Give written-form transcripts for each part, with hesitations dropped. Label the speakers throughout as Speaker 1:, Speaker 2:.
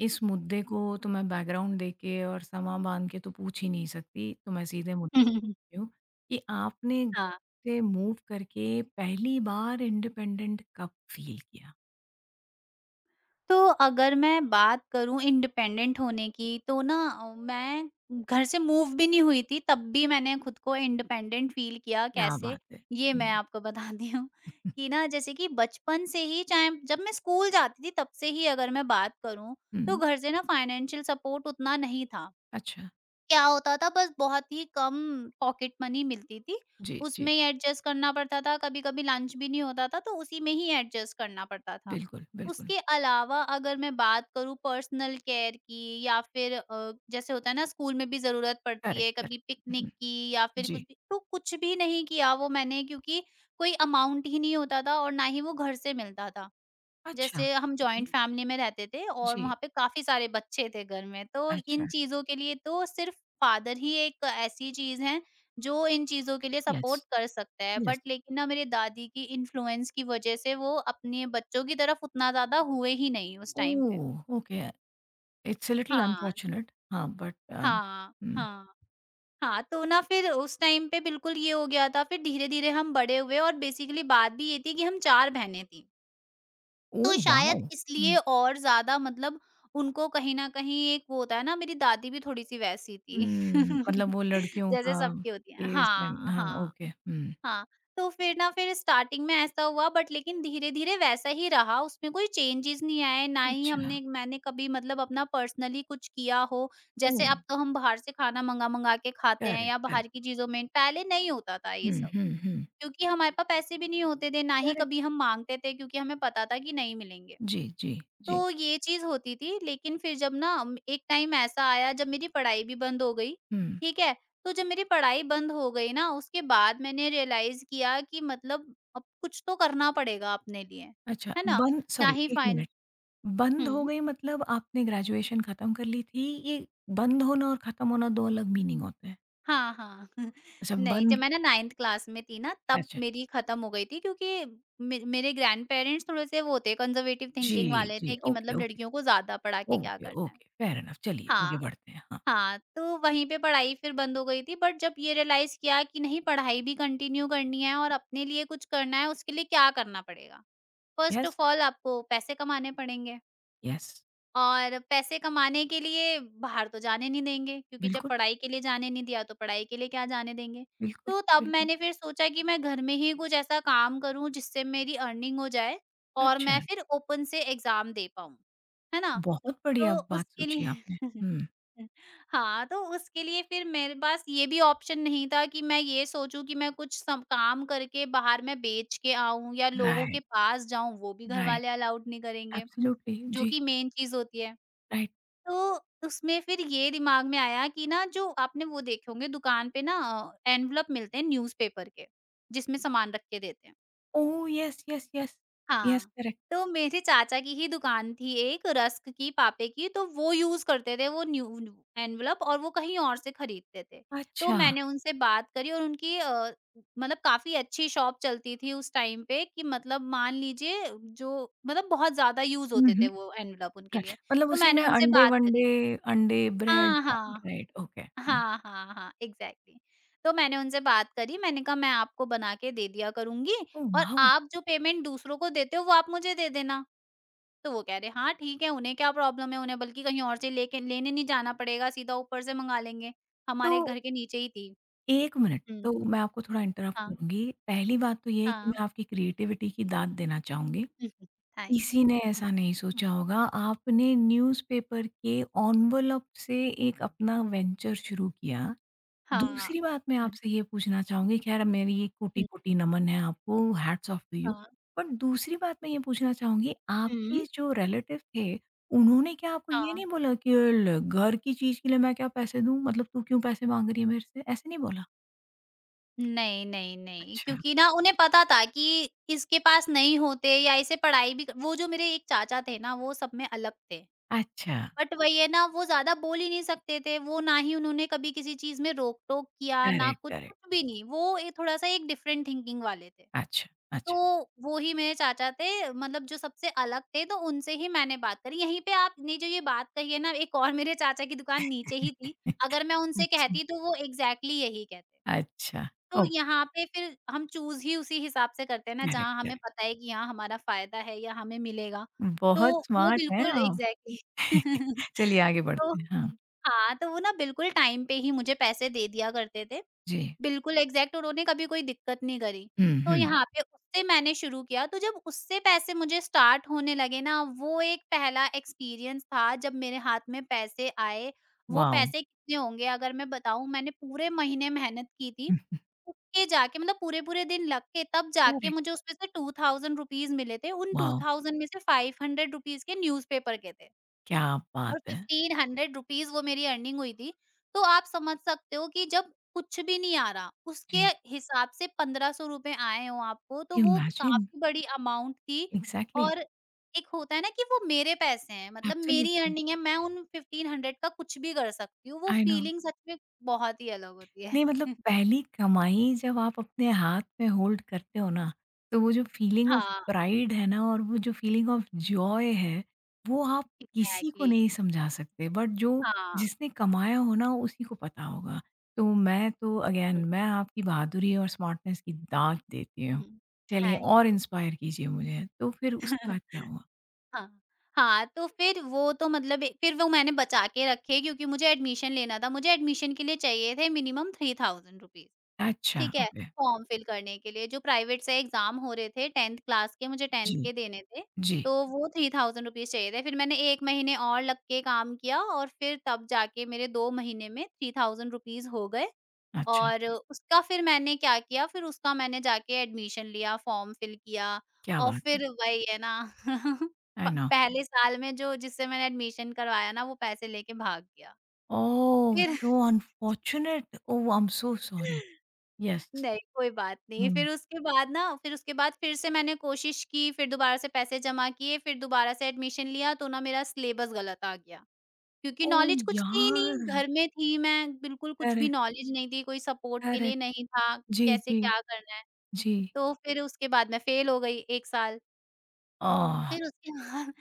Speaker 1: इस मुद्दे को तो मैं बैकग्राउंड दे के और समा बांध के तो पूछ ही नहीं सकती, तो मैं सीधे मुद्दे पे हूँ कि आपने
Speaker 2: हाँ,
Speaker 1: से मूव करके पहली बार इंडिपेंडेंट कब फ़ील किया?
Speaker 2: तो अगर मैं बात करूँ इंडिपेंडेंट होने की तो ना मैं घर से मूव भी नहीं हुई थी तब भी मैंने खुद को इंडिपेंडेंट फ़ील किया
Speaker 1: क्या
Speaker 2: कैसे?
Speaker 1: बात है!
Speaker 2: ये मैं
Speaker 1: हुँ,
Speaker 2: आपको बताती हूँ कि ना जैसे कि बचपन से ही चाहे जब मैं स्कूल जाती थी तब से ही अगर मैं बात करूँ, तो
Speaker 1: हुँ।
Speaker 2: घर से ना फाइनेंशियल सपोर्ट उतना नहीं था।
Speaker 1: अच्छा,
Speaker 2: क्या होता था बस बहुत ही कम पॉकेट मनी मिलती थी,
Speaker 1: जी, जी।
Speaker 2: उसमें ही एडजस्ट करना पड़ता था, कभी-कभी लंच भी नहीं होता था तो उसी में ही एडजस्ट करना पड़ता था।
Speaker 1: बिल्कुल, बिल्कुल।
Speaker 2: उसके अलावा अगर मैं बात करूँ पर्सनल केयर की या फिर जैसे होता है ना स्कूल में भी ज़रूरत पड़ती
Speaker 1: करेक्ट,
Speaker 2: है कभी
Speaker 1: करेक्ट।
Speaker 2: पिकनिक
Speaker 1: हुँ,
Speaker 2: की या फिर कुछ
Speaker 1: जी।
Speaker 2: भी, तो कुछ भी नहीं किया वो मैंने क्योंकि कोई अमाउंट ही नहीं होता था और ना ही वो घर से मिलता था।
Speaker 1: अच्छा,
Speaker 2: जैसे हम
Speaker 1: ओके।
Speaker 2: जॉइंट फैमिली में रहते थे और
Speaker 1: जी,
Speaker 2: वहाँ पे काफ़ी सारे बच्चे थे घर में, तो इन
Speaker 1: अच्छा।
Speaker 2: चीज़ों के लिए तो सिर्फ़ फादर ही एक ऐसी चीज़ हैं, जो इन चीज़ों के लिए
Speaker 1: येस,
Speaker 2: सपोर्ट कर सकता है।
Speaker 1: येस।
Speaker 2: बट लेकिन ना मेरी दादी की इन्फ्लुएंस की वज़ह से वो अपने बच्चों की तरफ उतना ज़्यादा हुए ही नहीं उस टाइम पे।
Speaker 1: Oh! Okay. It's a little
Speaker 2: हाँ,
Speaker 1: अनफॉर्च्यूनेट हाँ, बट
Speaker 2: हाँ,
Speaker 1: हुँ।
Speaker 2: हाँ, हाँ, तो ना फिर उस टाइम पे बिल्कुल ये हो गया था, फिर धीरे-धीरे हम बड़े हुए और बेसिकली बात भी ये थी कि हम 4 बहनें थीं। तो
Speaker 1: ओह वाओ!
Speaker 2: शायद
Speaker 1: हम्म,
Speaker 2: इसलिए और ज़्यादा मतलब उनको कहीं न कहीं एक वो होता है ना, मेरी दादी भी थोड़ी-सी वैसी थी।
Speaker 1: हुँ। मतलब वो लड़कियों
Speaker 2: जैसे
Speaker 1: का
Speaker 2: सबकी होती है।
Speaker 1: टेस्ट
Speaker 2: हाँ,
Speaker 1: एंड हाँ,
Speaker 2: हाँ,
Speaker 1: ओके। हुँ।
Speaker 2: हाँ। तो फिर ना फिर स्टार्टिंग में ऐसा हुआ बट लेकिन धीरे-धीरे वैसा ही रहा, उसमें कोई चेंजेज़ नहीं आए, ना ही
Speaker 1: अच्छा,
Speaker 2: हमने मैंने कभी मतलब अपना पर्सनली कुछ किया हो।
Speaker 1: ओह!
Speaker 2: जैसे अब तो हम बाहर से खाना मँगा-मँगा के खाते हैं
Speaker 1: करेक्ट,
Speaker 2: या बाहर
Speaker 1: करेक्ट।
Speaker 2: की चीज़ों में पहले नहीं होता था ये
Speaker 1: हुँ,
Speaker 2: सब,
Speaker 1: हुँ, हुँ।
Speaker 2: क्योंकि हमारे पास पैसे भी नहीं होते थे, ना ही
Speaker 1: करेक्ट।
Speaker 2: कभी हम माँगते थे क्योंकि हमें पता था कि नहीं मिलेंगे।
Speaker 1: जी, जी, जी।
Speaker 2: तो ये चीज़ होती थी लेकिन फिर जब ना एक टाइम ऐसा आया जब मेरी पढ़ाई भी बंद हो गई,
Speaker 1: हुँ।
Speaker 2: ठीक है? तो जब मेरी पढ़ाई बंद हो गई ना उसके बाद मैंने रियलाइज़ किया कि मतलब अब कुछ तो करना पड़ेगा अपने लिए,
Speaker 1: अच्छा,
Speaker 2: है ना?
Speaker 1: बंद
Speaker 2: ना
Speaker 1: सॉरी
Speaker 2: ही
Speaker 1: 1
Speaker 2: फाइन
Speaker 1: मिनट, बंद हो
Speaker 2: हुँ,
Speaker 1: गई मतलब आपने ग्रेजुएशन खत्म कर ली थी? ये बंद होना और खत्म होना 2 अलग मीनिंग होते हैं।
Speaker 2: हाँ, हाँ।
Speaker 1: अच्छा
Speaker 2: नहीं,
Speaker 1: बंद
Speaker 2: जब मैं ना 9th क्लास में थी ना तब
Speaker 1: अच्छा।
Speaker 2: मेरी ख़त्म हो गई थी क्योंकि मे मेरे ग्रैंडपेरेंट्स थोड़े-से वो थे कंज़र्वेटिव थिंकिंग
Speaker 1: जी,
Speaker 2: वाले
Speaker 1: जी।
Speaker 2: थे कि
Speaker 1: ओके,
Speaker 2: मतलब
Speaker 1: ओके।
Speaker 2: लड़कियों को ज़्यादा पढ़ा के क्या
Speaker 1: ओके,
Speaker 2: करना है।
Speaker 1: ओके। फेयर एनफ चलिए आगे
Speaker 2: हाँ।
Speaker 1: बढ़ते हैं। हाँ।
Speaker 2: हाँ, तो वहीं पे पढ़ाई फिर बंद हो गई थी बट जब ये रियलाइज़ किया कि नहीं पढ़ाई भी कंटिन्यू करनी है और अपने लिए कुछ करना है, उसके लिए क्या करना पड़ेगा? फ़र्स्ट
Speaker 1: यस,
Speaker 2: ऑफ़ ऑल आपको पैसे कमाने पड़ेंगे
Speaker 1: यस।
Speaker 2: और पैसे कमाने के लिए बाहर तो जाने नहीं देंगे क्योंकि जब
Speaker 1: बिल्कुल,
Speaker 2: पढ़ाई के लिए जाने नहीं दिया, तो पढ़ाई के लिए क्या जाने देंगे?
Speaker 1: बिल्कुल,
Speaker 2: तो तब
Speaker 1: बिल्कुल।
Speaker 2: मैंने फिर सोचा कि मैं घर में ही कुछ ऐसा काम करूँ जिससे मेरी अर्निंग हो जाए और
Speaker 1: अच्छा।
Speaker 2: मैं फिर ओपन से एग्ज़ाम दे पाऊँ, है ना?
Speaker 1: बहुत बढ़िया
Speaker 2: तो
Speaker 1: बात
Speaker 2: उसके
Speaker 1: सोची आपने।
Speaker 2: लिए
Speaker 1: हुँ,
Speaker 2: हाँ, तो उसके लिए फिर मेरे पास ये भी ऑप्शन नहीं था कि मैं ये सोचूँ कि मैं कुछ सम काम करके बाहर मैं बेच के आऊँ या लोगों के
Speaker 1: राइट,
Speaker 2: पास जाऊँ, वो भी
Speaker 1: राइट,
Speaker 2: घरवाले अलाउड नहीं करेंगे,
Speaker 1: एब्सोल्युटली,
Speaker 2: जो
Speaker 1: जी,
Speaker 2: कि मेन चीज़ होती है।
Speaker 1: राइट।
Speaker 2: तो उसमें फिर ये दिमाग में आया कि ना जो आपने वो देखे होंगे दुकान पे ना एनवेलप मिलते हैं न्यूज़पेपर के, जिसमें सामान रख के देते हैं।
Speaker 1: Oh! Yes, yes, yes, yes,
Speaker 2: हाँ,
Speaker 1: करेक्ट।
Speaker 2: तो मेरे चाचा की ही दुकान थी एक रस्क की, पापे की, तो वो यूज़ करते थे वो न्यू न्यू एनवलप और वो कहीं और से खरीदते थे। तो
Speaker 1: अच्छा,
Speaker 2: मैंने उनसे बात करी और मतलब काफ़ी अच्छी शॉप चलती थी उस टाइम पे कि मतलब मान लीजिए जो मतलब बहुत ज़्यादा यूज़
Speaker 1: हुँ,
Speaker 2: होते
Speaker 1: हुँ,
Speaker 2: थे वो एनवलप उनके
Speaker 1: राइट,
Speaker 2: लिए।
Speaker 1: मतलब
Speaker 2: तो
Speaker 1: उसी
Speaker 2: मैंने
Speaker 1: में
Speaker 2: उनसे बात
Speaker 1: अंडे-वंडे,
Speaker 2: करी।
Speaker 1: अंडे, ब्रेड
Speaker 2: हाँ, हाँ।
Speaker 1: Right, okay, hmm.
Speaker 2: हाँ, हाँ, हाँ, एग्ज़ैक्टली। तो मैंने उनसे बात करी, मैंने कहा मैं आपको बना के दे दिया करूँगी
Speaker 1: ओह
Speaker 2: और
Speaker 1: वाओ!
Speaker 2: आप जो पेमेंट दूसरों को देते हो वो आप मुझे दे देना। तो वो कह रहे हाँ ठीक है, उन्हें क्या प्रॉब्लम है, उन्हें बल्कि कहीं और से लेके लेने नहीं जाना पड़ेगा, सीधा ऊपर से मँगा लेंगे। हमारे
Speaker 1: तो
Speaker 2: घर के नीचे ही थी।
Speaker 1: 1 मिनट, तो
Speaker 2: हुँ,
Speaker 1: मैं आपको थोड़ा इंटरप्ट
Speaker 2: हाँ,
Speaker 1: करूँगी। पहली बात तो ये है कि
Speaker 2: हाँ।
Speaker 1: मैं आपकी क्रिएटिविटी की दाद देना चाहूँगी।
Speaker 2: थैंक
Speaker 1: किसी
Speaker 2: यू।
Speaker 1: ने ऐसा नहीं सोचा होगा, आपने न्यूज़पेपर के एनवेलप से एक अपना वेंचर शुरू किया।
Speaker 2: हाँ।
Speaker 1: दूसरी बात मैं
Speaker 2: हुँ,
Speaker 1: आपसे ये पूछना चाहूँगी, ख़ैर मेरी
Speaker 2: हुँ,
Speaker 1: कोटि-कोटि नमन है आपको, हैट्स ऑफ टू यू।
Speaker 2: हाँ।
Speaker 1: पर दूसरी बात मैं ये पूछना चाहूँगी,
Speaker 2: हुँ,
Speaker 1: आपके जो रिलेटिव थे, उन्होंने क्या आपको ये
Speaker 2: हाँ।
Speaker 1: नहीं बोला कि ल घर की चीज़ के लिए मैं क्या पैसे दूँ? मतलब तू क्यों पैसे माँग रही है मेरे से? ऐसे नहीं बोला?
Speaker 2: नहीं, नहीं, नहीं,
Speaker 1: अच्छा,
Speaker 2: क्योंकि ना उन्हें पता था कि इसके पास नहीं होते या इसे पढ़ाई भी कर- वो जो मेरे एक चाचा थे ना, वो सब में अलग थे।
Speaker 1: अच्छा।
Speaker 2: बट वही है ना, वो ज़्यादा बोल ही नहीं सकते थे, वो ना ही उन्होंने कभी किसी चीज़ में रोक-टोक किया, ना
Speaker 1: करेक्ट,
Speaker 2: कुछ,
Speaker 1: करेक्ट।
Speaker 2: कुछ भी नहीं। वो ए थोड़ा-सा एक डिफरेंट थिंकिंग वाले थे।
Speaker 1: अच्छा,
Speaker 2: तो
Speaker 1: अच्छा।
Speaker 2: वो ही मेरे चाचा थे, मतलब जो सबसे अलग थे, तो उनसे ही मैंने बात करी। यहीं पे आपने जो ये बात कही है ना, एक और मेरे चाचा की दुकान नीचे ही थी। अगर मैं उनसे
Speaker 1: अच्छा,
Speaker 2: कहती, तो वो एग्ज़ैक्टली यही कहते।
Speaker 1: अच्छा।
Speaker 2: तो
Speaker 1: ओके,
Speaker 2: यहाँ पे फिर हम चूज़ ही उसी हिसाब से करते हैं ना,
Speaker 1: करेक्ट,
Speaker 2: जहाँ हमें
Speaker 1: करेक्ट।
Speaker 2: पता है कि हाँ, हमारा फ़ायदा है या हमें मिलेगा। तो
Speaker 1: बहुत
Speaker 2: वो
Speaker 1: स्मार्ट हैं
Speaker 2: बिल्कुल
Speaker 1: आप।
Speaker 2: एग्ज़ैक्टली
Speaker 1: चलिए आगे
Speaker 2: तो
Speaker 1: बढ़ते हैं। हाँ,
Speaker 2: हाँ, तो वो ना बिल्कुल टाइम पे ही मुझे पैसे दे दिया करते थे।
Speaker 1: जी।
Speaker 2: बिल्कुल एग्ज़ैक्ट उन्होंने कभी कोई दिक्कत नहीं करी।
Speaker 1: हुँ,
Speaker 2: तो हुँ।
Speaker 1: हुँ।
Speaker 2: यहाँ पे उससे मैंने शुरू किया, तो जब उससे पैसे मुझे स्टार्ट होने लगे ना, वो एक पहला एक्सपीरियंस था जब मेरे हाथ में पैसे आए। वो
Speaker 1: वॉव! हुँ,
Speaker 2: पैसे कितने होंगे अगर मैं बताऊँ मैंने पूरे महीने मेहनत की थी। उसके जाके मतलब पूरे-पूरे दिन लग के तब जाके
Speaker 1: करेक्ट।
Speaker 2: मुझे उसमें से ₹2000 मिले थे। उन
Speaker 1: वाओ!
Speaker 2: 2000 में से ₹500 के न्यूज़पेपर के थे।
Speaker 1: क्या
Speaker 2: और
Speaker 1: बात है!
Speaker 2: 1500 रुपीज़ वो मेरी अर्निंग हुई थी। तो आप समझ सकते हो कि जब कुछ भी नहीं आ रहा, उसके
Speaker 1: जी,
Speaker 2: हिसाब से ₹1500 आए हों आपको, तो वो
Speaker 1: इमेजिन
Speaker 2: काफ़ी बड़ी अमाउंट थी।
Speaker 1: एग्ज़ैक्टली।
Speaker 2: और एक होता है ना कि वो मेरे पैसे हैं, मतलब मेरी
Speaker 1: एब्सोल्युटली,
Speaker 2: अर्निंग है, मैं उन 1500 का कुछ भी कर सकती हूँ। वो
Speaker 1: आई नो।
Speaker 2: फीलिंग सच में बहुत ही अलग होती है।
Speaker 1: नहीं मतलब पहली कमाई जब आप अपने हाथ में होल्ड करते हो ना, तो वो जो फीलिंग ऑफ
Speaker 2: हाँ,
Speaker 1: प्राइड है ना और वो जो फीलिंग ऑफ जॉय है, वो आप किसी को
Speaker 2: एग्ज़ैक्टली।
Speaker 1: नहीं समझा सकते बट जो
Speaker 2: हाँ,
Speaker 1: जिसने कमाया हो ना उसी को पता होगा। तो मैं तो
Speaker 2: दैट्स ट्रू।
Speaker 1: अगेन मैं आपकी बहादुरी और स्मार्टनेस की दाद देती हूँ।
Speaker 2: हुँ,
Speaker 1: चलिए
Speaker 2: थैंक
Speaker 1: और
Speaker 2: यू।
Speaker 1: इंस्पायर कीजिए मुझे, तो फिर उसके बाद क्या हुआ?
Speaker 2: हाँ, हाँ, तो फिर वो तो मतलब ए- फिर वो मैंने बचा के रखे क्योंकि मुझे एडमिशन लेना था। मुझे एडमिशन के लिए चाहिए थे मिनिमम थ्री थाउज़ेंड रुपीज़
Speaker 1: अच्छा,
Speaker 2: ठीक है?
Speaker 1: ओके।
Speaker 2: फॉर्म फिल करने के लिए जो प्राइवेट से एग्ज़ाम हो रहे थे 10th क्लास के मुझे
Speaker 1: जी,
Speaker 2: 10th के देने थे,
Speaker 1: जी।
Speaker 2: तो वो 3000 रुपीज़ चाहिए थे। फिर मैंने 1 महीने और लग के काम किया और फिर तब जाके मेरे 2 महीने में 3000 रुपीज़ हो गए
Speaker 1: अच्छा,
Speaker 2: और उसका फिर मैंने क्या किया, फिर उसका मैंने जाके एडमिशन लिया, फॉर्म फिल किया
Speaker 1: क्या
Speaker 2: और
Speaker 1: बात है!
Speaker 2: फिर वही है ना प
Speaker 1: आई नो।
Speaker 2: पहले साल में जो जिससे मैंने एडमिशन करवाया ना वो पैसे लेके भाग गया।
Speaker 1: ओह,
Speaker 2: फिर
Speaker 1: so unfortunate! Oh, I am so sorry. Yes.
Speaker 2: नहीं कोई बात नहीं,
Speaker 1: हुँ।
Speaker 2: फिर उसके बाद फिर से मैंने कोशिश की, फिर दोबारा से पैसे जमा किए, फिर दोबारा से एडमिशन लिया तो ना मेरा सिलेबस गलत आ गया। क्योंकि
Speaker 1: ओह
Speaker 2: नॉलेज कुछ थी ही नहीं,
Speaker 1: यार!
Speaker 2: घर में थी मैं, बिल्कुल कुछ भी
Speaker 1: करेक्ट,
Speaker 2: नॉलेज नहीं थी, कोई सपोर्ट के लिए
Speaker 1: करेक्ट।
Speaker 2: नहीं था,
Speaker 1: जी,
Speaker 2: कैसे
Speaker 1: जी,
Speaker 2: क्या करना है।
Speaker 1: जी।
Speaker 2: तो फिर उसके बाद मैं फेल हो गई 1 साल,
Speaker 1: आह!
Speaker 2: फिर उसके बाद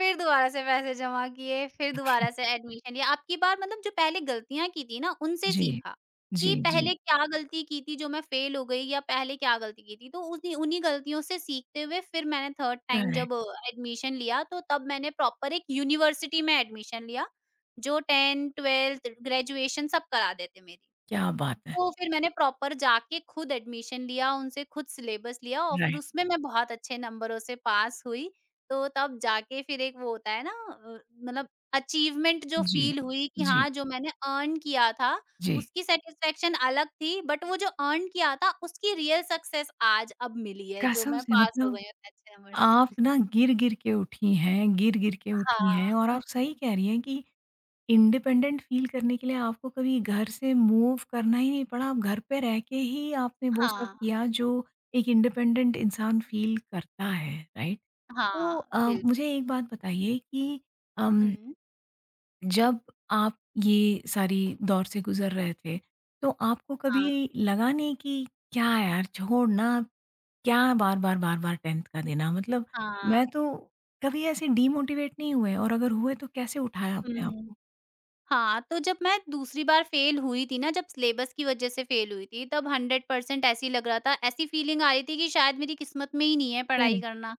Speaker 2: फिर दोबारा से पैसे जमा किए, फिर दोबारा से एडमिशन लिया। अब की बार मतलब जो पहले गलतियाँ की थी ना, उनसे
Speaker 1: जी,
Speaker 2: सीखा कि
Speaker 1: जी, जी।
Speaker 2: पहले क्या गलती की थी जो मैं फेल हो गई या पहले क्या गलती की थी। तो उन्हीं उन्हीं गलतियों से सीखते हुए फिर मैंने थर्ड टाइम
Speaker 1: करेक्ट,
Speaker 2: जब एडमिशन लिया, तो तब मैंने प्रॉपर एक यूनिवर्सिटी में एडमिशन लिया, जो 10, 12th ग्रेजुएशन सब करा देते मेरी।
Speaker 1: क्या बात है!
Speaker 2: तो फिर मैंने प्रॉपर जाके खुद एडमिशन लिया, उनसे खुद सिलेबस लिया और फिर
Speaker 1: राइट।
Speaker 2: उसमें मैं बहुत अच्छे नंबरों से पास हुई। तो तब जाके फिर एक वो होता है ना मतलब अचीवमेंट जो
Speaker 1: जी,
Speaker 2: फ़ील हुई कि
Speaker 1: जी,
Speaker 2: हाँ, जो मैंने अर्न किया था,
Speaker 1: जी।
Speaker 2: उसकी सैटिस्फैक्शन अलग थी, बट वो जो अर्न किया था, उसकी रियल सक्सेस आज अब मिली है, जो
Speaker 1: कसम
Speaker 2: मैं
Speaker 1: से
Speaker 2: पास हो
Speaker 1: मतलब
Speaker 2: गई हूँ इतने अच्छे नंबर से।
Speaker 1: आप ना गिर-गिर के उठी हैं, गिर-गिर के उठी हैं और
Speaker 2: हाँ,
Speaker 1: आप सही कह रही हैं कि इंडिपेंडेंट फ़ील करने के लिए आपको कभी घर से मूव करना ही नहीं पड़ा, आप घर पे रह के ही आपने वो सब
Speaker 2: हाँ,
Speaker 1: किया जो एक इंडिपेंडेंट इंसान फ़ील करता है, राइट? तो
Speaker 2: हाँ, बिल्कुल।
Speaker 1: मुझे एक बात बताइए कि अम,
Speaker 2: हुँ,
Speaker 1: जब आप ये सारी दौर से गुज़र रहे थे, तो आपको कभी
Speaker 2: हाँ,
Speaker 1: लगा नहीं कि क्या यार छोड़ ना, क्या बार-बार, बार-बार 10th का देना मतलब
Speaker 2: हाँ।
Speaker 1: मैं तो कभी ऐसे डीमोटिवेट नहीं हुए और अगर हुए तो कैसे उठाया
Speaker 2: हुँ,
Speaker 1: आपने
Speaker 2: हुँ।
Speaker 1: आपको?
Speaker 2: हाँ, तो जब मैं दूसरी बार फ़ेल हुई थी ना, जब सिलेबस की वज़ह से फ़ेल हुई थी, तब 100% ऐसे ही लग रहा था, ऐसी फ़ीलिंग आ रही थी कि शायद मेरी किस्मत में ही नहीं है पढ़ाई
Speaker 1: करेक्ट,
Speaker 2: करना,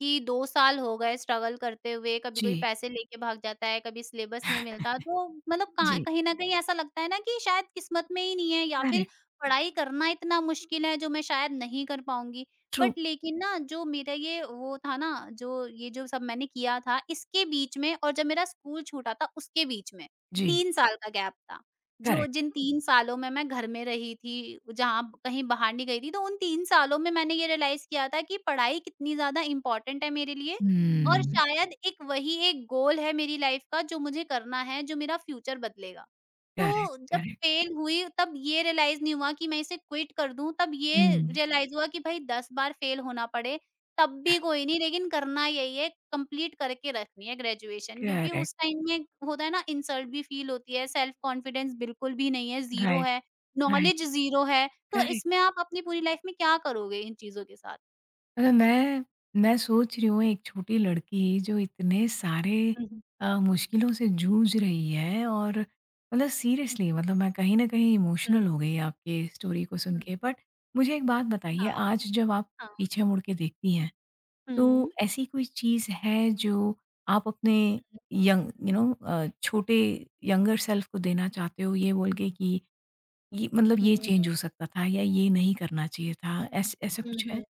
Speaker 2: कि 2 साल हो गए स्ट्रगल करते हुए, कभी कोई
Speaker 1: जी,
Speaker 2: पैसे लेके भाग जाता है, कभी सिलेबस नहीं मिलता। तो मतलब कहाँ
Speaker 1: जी।
Speaker 2: कहीं न कहीं ऐसा लगता है ना कि शायद किस्मत में ही नहीं है या फिर
Speaker 1: करेक्ट,
Speaker 2: पढ़ाई करना इतना मुश्किल है, जो मैं शायद नहीं कर पाऊँगी।
Speaker 1: ट्रू,
Speaker 2: बट लेकिन ना, जो मेरा ये वो था ना, जो ये जो सब मैंने किया था, इसके बीच में और जब मेरा स्कूल छूटा था, उसके बीच में
Speaker 1: जी,
Speaker 2: 3 साल का गैप था। जो
Speaker 1: करेक्ट,
Speaker 2: जिन 3 सालों में मैं घर में रही थी, जहाँ कहीं बाहर नहीं गई थी, तो उन 3 सालों में मैंने ये रियलाइज़ किया था कि पढ़ाई कितनी ज़्यादा इम्पोर्टेंट है मेरे लिए। और
Speaker 1: हुँ,
Speaker 2: शायद एक वही एक गोल है मेरी लाइफ़ का जो मुझे करना है, जो मेरा फ्यूचर बदलेगा। तो जब
Speaker 1: करेक्ट,
Speaker 2: फेल हुई तब ये रियलाइज़ नहीं हुआ कि मैं इसे क्विट कर दूँ, तब ये
Speaker 1: हुँ,
Speaker 2: रियलाइज़ हुआ कि भाई 10 बार फेल होना पड़े तब भी कोई नहीं, लेकिन करना यही है, कंप्लीट करके रखनी है ग्रेजुएशन। क्योंकि
Speaker 1: करेक्ट,
Speaker 2: उस टाइम में होता है ना, इंसल्ट भी फील होती है, सेल्फ कॉन्फिडेंस बिल्कुल भी नहीं है, ज़ीरो
Speaker 1: राइट,
Speaker 2: है,
Speaker 1: राइट,
Speaker 2: नॉलेज ज़ीरो है, तो
Speaker 1: करेक्ट।
Speaker 2: इसमें आप अपनी पूरी लाइफ में क्या करोगे इन चीज़ों के साथ?
Speaker 1: मतलब मैं सोच रही हूँ एक छोटी लड़की जो इतने सारे
Speaker 2: हुँ, हुँ।
Speaker 1: मुश्किलों से जूझ रही है और मतलब सीरियसली मतलब मैं कहीं न कहीं
Speaker 2: हुँ,
Speaker 1: इमोशनल हो गई आपकी स्टोरी को सुन
Speaker 2: हुँ।
Speaker 1: के। बट मुझे एक बात बताइए
Speaker 2: हाँ,
Speaker 1: आज जब आप
Speaker 2: हाँ।
Speaker 1: पीछे मुड़ के देखती हैं तो
Speaker 2: हुँ।
Speaker 1: ऐसी कोई चीज़ है जो आप अपने
Speaker 2: hmm, hmm,
Speaker 1: young you know छोटे यंगर सेल्फ को देना चाहते हो ये बोल के कि ये मतलब ये
Speaker 2: हुँ,
Speaker 1: चेंज हो सकता था या ये नहीं करना चाहिए था, ऐस ऐसा
Speaker 2: हुँ,
Speaker 1: कुछ है?
Speaker 2: हुँ।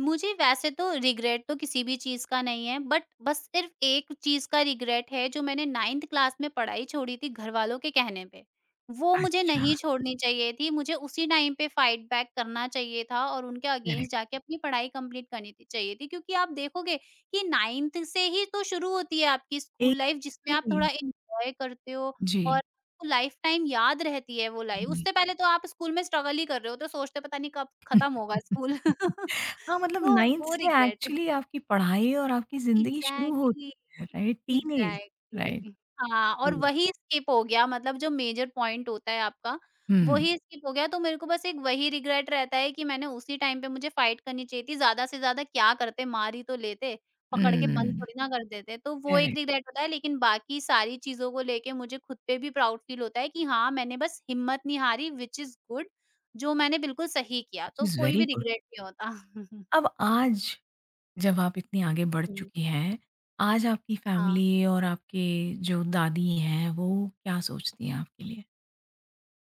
Speaker 2: मुझे वैसे तो रिग्रेट तो किसी भी चीज़ का नहीं है, बट बस सिर्फ़ एक चीज़ का रिग्रेट है जो मैंने 9th क्लास में पढ़ाई छोड़ी थी घरवालों के कहने पे। वो मुझे
Speaker 1: अच्छा,
Speaker 2: नहीं छोड़नी चाहिए थी, मुझे उसी टाइम पे फाइट बैक करना चाहिए था और उनके अगेंस्ट
Speaker 1: करेक्ट।
Speaker 2: जाके अपनी पढ़ाई कंप्लीट करनी थी चाहिए थी। क्योंकि आप देखोगे कि 9th से ही तो शुरू होती है आपकी स्कूल लाइफ़, जिसमें आप
Speaker 1: एक्जेक्टली।
Speaker 2: थोड़ा एन्जॉय करते हो और
Speaker 1: जी,
Speaker 2: आपको लाइफ़ टाइम याद रहती है वो लाइफ़।
Speaker 1: जी।
Speaker 2: उससे पहले तो आप स्कूल में स्ट्रगल ही कर रहे हो, तो सोचते हो पता नहीं कब खत्म होगा स्कूल।
Speaker 1: हाँ, मतलब
Speaker 2: तो
Speaker 1: 9th
Speaker 2: वो
Speaker 1: से
Speaker 2: रिग्रेट।
Speaker 1: एक्चुअली आपकी पढ़ाई और आपकी ज़िंदगी शुरू
Speaker 2: एग्ज़ैक्टली,
Speaker 1: होती है, राइट? Teenage, right?
Speaker 2: एग्ज़ैक्टली। हाँ, और
Speaker 1: हुँ,
Speaker 2: वही स्किप हो गया, मतलब जो मेजर पॉइंट होता है आपका,
Speaker 1: हुँ,
Speaker 2: वही स्किप हो गया। तो मेरे को बस एक वही रिग्रेट रहता है कि मैंने उसी टाइम पे मुझे फाइट करनी चाहिए थी। ज़्यादा से ज़्यादा क्या करते, मार ही तो लेते, पकड़ के बंद
Speaker 1: हुँ,
Speaker 2: थोड़ी ना कर देते। तो वो एक
Speaker 1: करेक्ट,
Speaker 2: रिग्रेट होता है, लेकिन बाकी सारी चीज़ों को लेके मुझे खुद पे भी प्राउड फील होता है कि हाँ, मैंने बस हिम्मत नहीं हारी, व्हिच इज़ गुड। जो मैंने बिल्कुल सही किया, तो
Speaker 1: व्हिच इज़
Speaker 2: कोई
Speaker 1: वेरी
Speaker 2: भी
Speaker 1: गुड।
Speaker 2: रिग्रेट नहीं होता।
Speaker 1: अब आज जब आप इतनी आगे बढ़
Speaker 2: हुँ।
Speaker 1: चुकी हैं, आज आपकी
Speaker 2: हाँ।
Speaker 1: फैमिली और आपके जो दादी हैं, वो क्या सोचती हैं आपके लिए?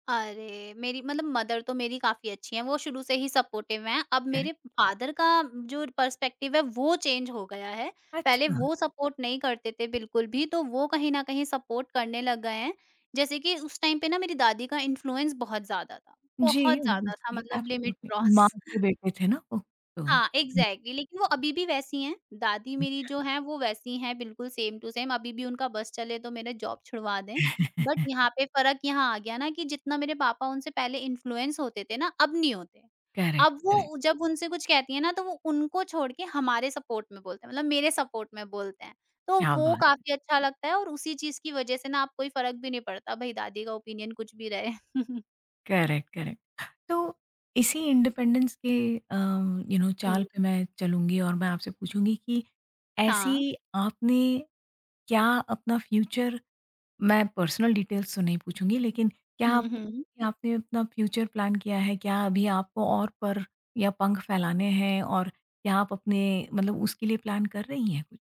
Speaker 2: अरे! मेरी मतलब मदर तो मेरी काफ़ी अच्छी हैं, वो शुरू से ही सपोर्टिव हैं। अब
Speaker 1: करेक्ट
Speaker 2: मेरे फादर का जो पर्सपेक्टिव है वो चेंज हो गया है। पहले
Speaker 1: अच्छा,
Speaker 2: वो सपोर्ट नहीं करते थे बिल्कुल भी, तो वो कहीं न कहीं सपोर्ट करने लग गए हैं। जैसे कि उस टाइम पे ना, मेरी दादी का इन्फ्लुएंस बहुत ज़्यादा था,
Speaker 1: जी,
Speaker 2: बहुत ज़्यादा था,
Speaker 1: ऑब्वियसली,
Speaker 2: मतलब लिमिट
Speaker 1: एब्सोल्युटली, माँ
Speaker 2: क्रॉस।
Speaker 1: के बेटे थे ना वो, तो हुँ,
Speaker 2: हाँ, एग्ज़ैक्टली, लेकिन वो अभी भी वैसी हैं, दादी
Speaker 1: हुँ,
Speaker 2: मेरी जो हैं वो वैसी हैं, बिल्कुल सेम टू सेम। अभी भी उनका बस चले तो मेरा जॉब छुड़वा दें। बट यहाँ पे फ़र्क यहाँ आ गया ना कि जितना मेरे पापा उनसे पहले इन्फ्लुएंस होते थे ना, अब नहीं होते।
Speaker 1: करेक्ट,
Speaker 2: अब
Speaker 1: करेक्ट,
Speaker 2: वो जब उनसे कुछ कहती हैं ना तो वो उनको छोड़ के हमारे सपोर्ट में बोलते हैं, मतलब मेरे सपोर्ट में बोलते हैं। तो
Speaker 1: क्या
Speaker 2: वो
Speaker 1: बात है,
Speaker 2: काफ़ी अच्छा लगता है, और उसी चीज़ की वज़ह से ना अब कोई फ़र्क भी नहीं पड़ता, भई दादी का ओपिनियन कुछ भी रहे।
Speaker 1: Correct, correct. तो इसी इंडिपेंडेंस के अम, यू नो चाल
Speaker 2: हुँ।
Speaker 1: पे मैं चलूँगी और मैं आपसे पूछूँगी कि ऐसी
Speaker 2: हाँ।
Speaker 1: आपने क्या अपना फ्यूचर मैं पर्सनल डिटेल्स तो नहीं पूछूँगी, लेकिन क्या आप
Speaker 2: हुँ, हुँ।
Speaker 1: कि आपने अपना फ्यूचर प्लान किया है? क्या अभी आपको और पर या पंख फैलाने हैं और क्या आप अपने मतलब उसके लिए प्लान कर रही हैं कुछ?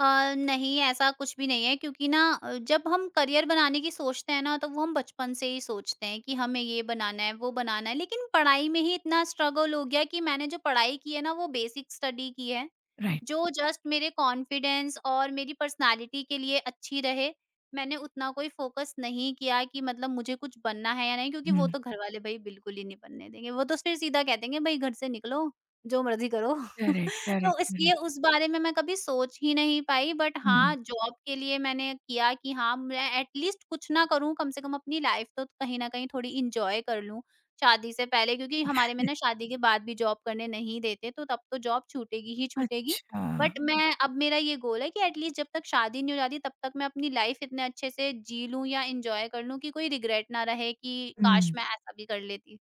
Speaker 2: नहीं, ऐसा कुछ भी नहीं है, क्योंकि ना जब हम करियर बनाने की सोचते हैं ना, तो वो हम बचपन से ही सोचते हैं कि हमें ये बनाना है वो बनाना है, लेकिन पढ़ाई में ही इतना स्ट्रगल हो गया कि मैंने जो पढ़ाई की है ना वो बेसिक स्टडी की है,
Speaker 1: राइट।
Speaker 2: जो जस्ट मेरे कॉन्फिडेंस और मेरी पर्सनालिटी के लिए अच्छी रहे। मैंने उतना कोई फोकस नहीं किया कि मतलब मुझे कुछ बनना है या नहीं, क्योंकि
Speaker 1: हुँ।
Speaker 2: वो तो घर वाले भाई बिल्कुल ही नहीं बनने देंगे, वो तो फिर सीधा कह देंगे भाई घर से निकलो, जो मर्जी करो।
Speaker 1: करेक्ट,
Speaker 2: तो
Speaker 1: करेक्ट,
Speaker 2: इसलिए
Speaker 1: करेक्ट।
Speaker 2: उस बारे में मैं कभी सोच ही नहीं पाई, बट
Speaker 1: हुँ।
Speaker 2: हाँ, जॉब के लिए मैंने किया कि हाँ, मैं एट लीस्ट कुछ ना करूँ, कम से कम अपनी लाइफ तो कहीं न कहीं थोड़ी एन्जॉय कर लूँ, शादी से पहले, क्योंकि हमारे में ना शादी के बाद भी जॉब करने नहीं देते, तो तब तो जॉब छूटेगी ही छूटेगी।
Speaker 1: अच्छा।
Speaker 2: बट मैं अब मेरा ये गोल है कि एट लीस्ट जब तक शादी नहीं हो जाती, तब तक मैं अपनी लाइफ इतने अच्छे से जी लूँ या एन्जॉय कर लूँ कि कोई रिग्रेट ना रहे कि काश
Speaker 1: हुँ।
Speaker 2: मैं ऐसा भी कर लेती।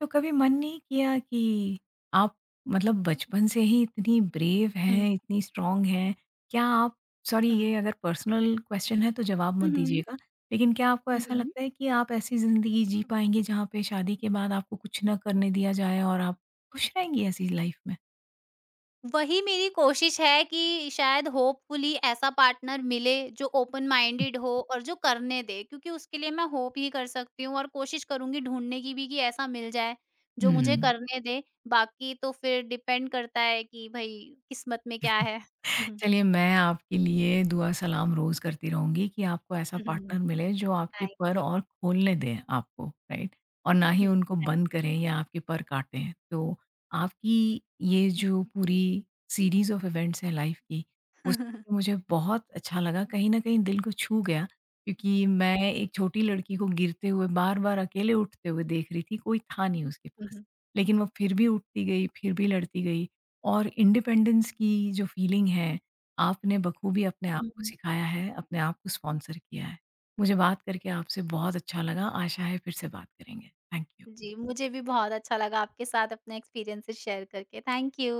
Speaker 1: तो कभी मन नहीं किया कि आप मतलब बचपन से ही इतनी ब्रेव
Speaker 2: हुँ।
Speaker 1: हैं, इतनी स्ट्रॉन्ग हैं, क्या आप सॉरी ये
Speaker 2: हुँ।
Speaker 1: अगर पर्सनल क्वेश्चन है तो जवाब
Speaker 2: हुँ,
Speaker 1: मत
Speaker 2: हुँ।
Speaker 1: दीजिएगा, लेकिन क्या आपको
Speaker 2: हुँ,
Speaker 1: ऐसा
Speaker 2: हुँ।
Speaker 1: लगता है कि आप ऐसी ज़िंदगी जी पाएँगे जहाँ पे शादी के बाद आपको कुछ ना करने दिया जाए और आप खुश रहेंगी ऐसी लाइफ में?
Speaker 2: वही मेरी कोशिश है कि शायद होपफुली ऐसा पार्टनर मिले जो ओपन माइंडेड हो और जो करने दे, क्योंकि उसके लिए मैं होप ही कर सकती हूँ और कोशिश करूंगी ढूंढने की भी कि ऐसा मिल जाए जो मुझे
Speaker 1: हुँ।
Speaker 2: करने दे। बाकी तो फिर डिपेंड करता है कि भाई किस्मत में क्या है।
Speaker 1: चलिए, मैं आपके लिए दुआ सलाम रोज़ करती रहूँगी कि आपको ऐसा पार्टनर मिले जो आपके
Speaker 2: थैंक
Speaker 1: पर
Speaker 2: यू।
Speaker 1: और खोलने दें आपको, राइट? और ना ही उनको बंद करें या आपके पर काटें। तो आपकी ये जो पूरी सीरीज़ ऑफ इवेंट्स है लाइफ़ की, वो सुन के मुझे बहुत अच्छा लगा। कहीं न कहीं दिल को छू गया क्योंकि मैं एक छोटी लड़की को गिरते हुए बार-बार अकेले उठते हुए देख रही थी, कोई था नहीं उसके पास। लेकिन वो फिर भी उठती गई, फिर भी लड़ती गई और इंडिपेंडेंस की जो फ़ीलिंग है आपने बखूबी अपने आप को सिखाया है, अपने आप को स्पॉन्सर किया है। मुझे बात करके आपसे बहुत अच्छा लगा, आशा है फिर से बात करेंगे। Thank you.
Speaker 2: जी, मुझे भी बहुत अच्छा लगा आपके साथ अपने एक्सपीरियंसेस शेयर करके। Thank you.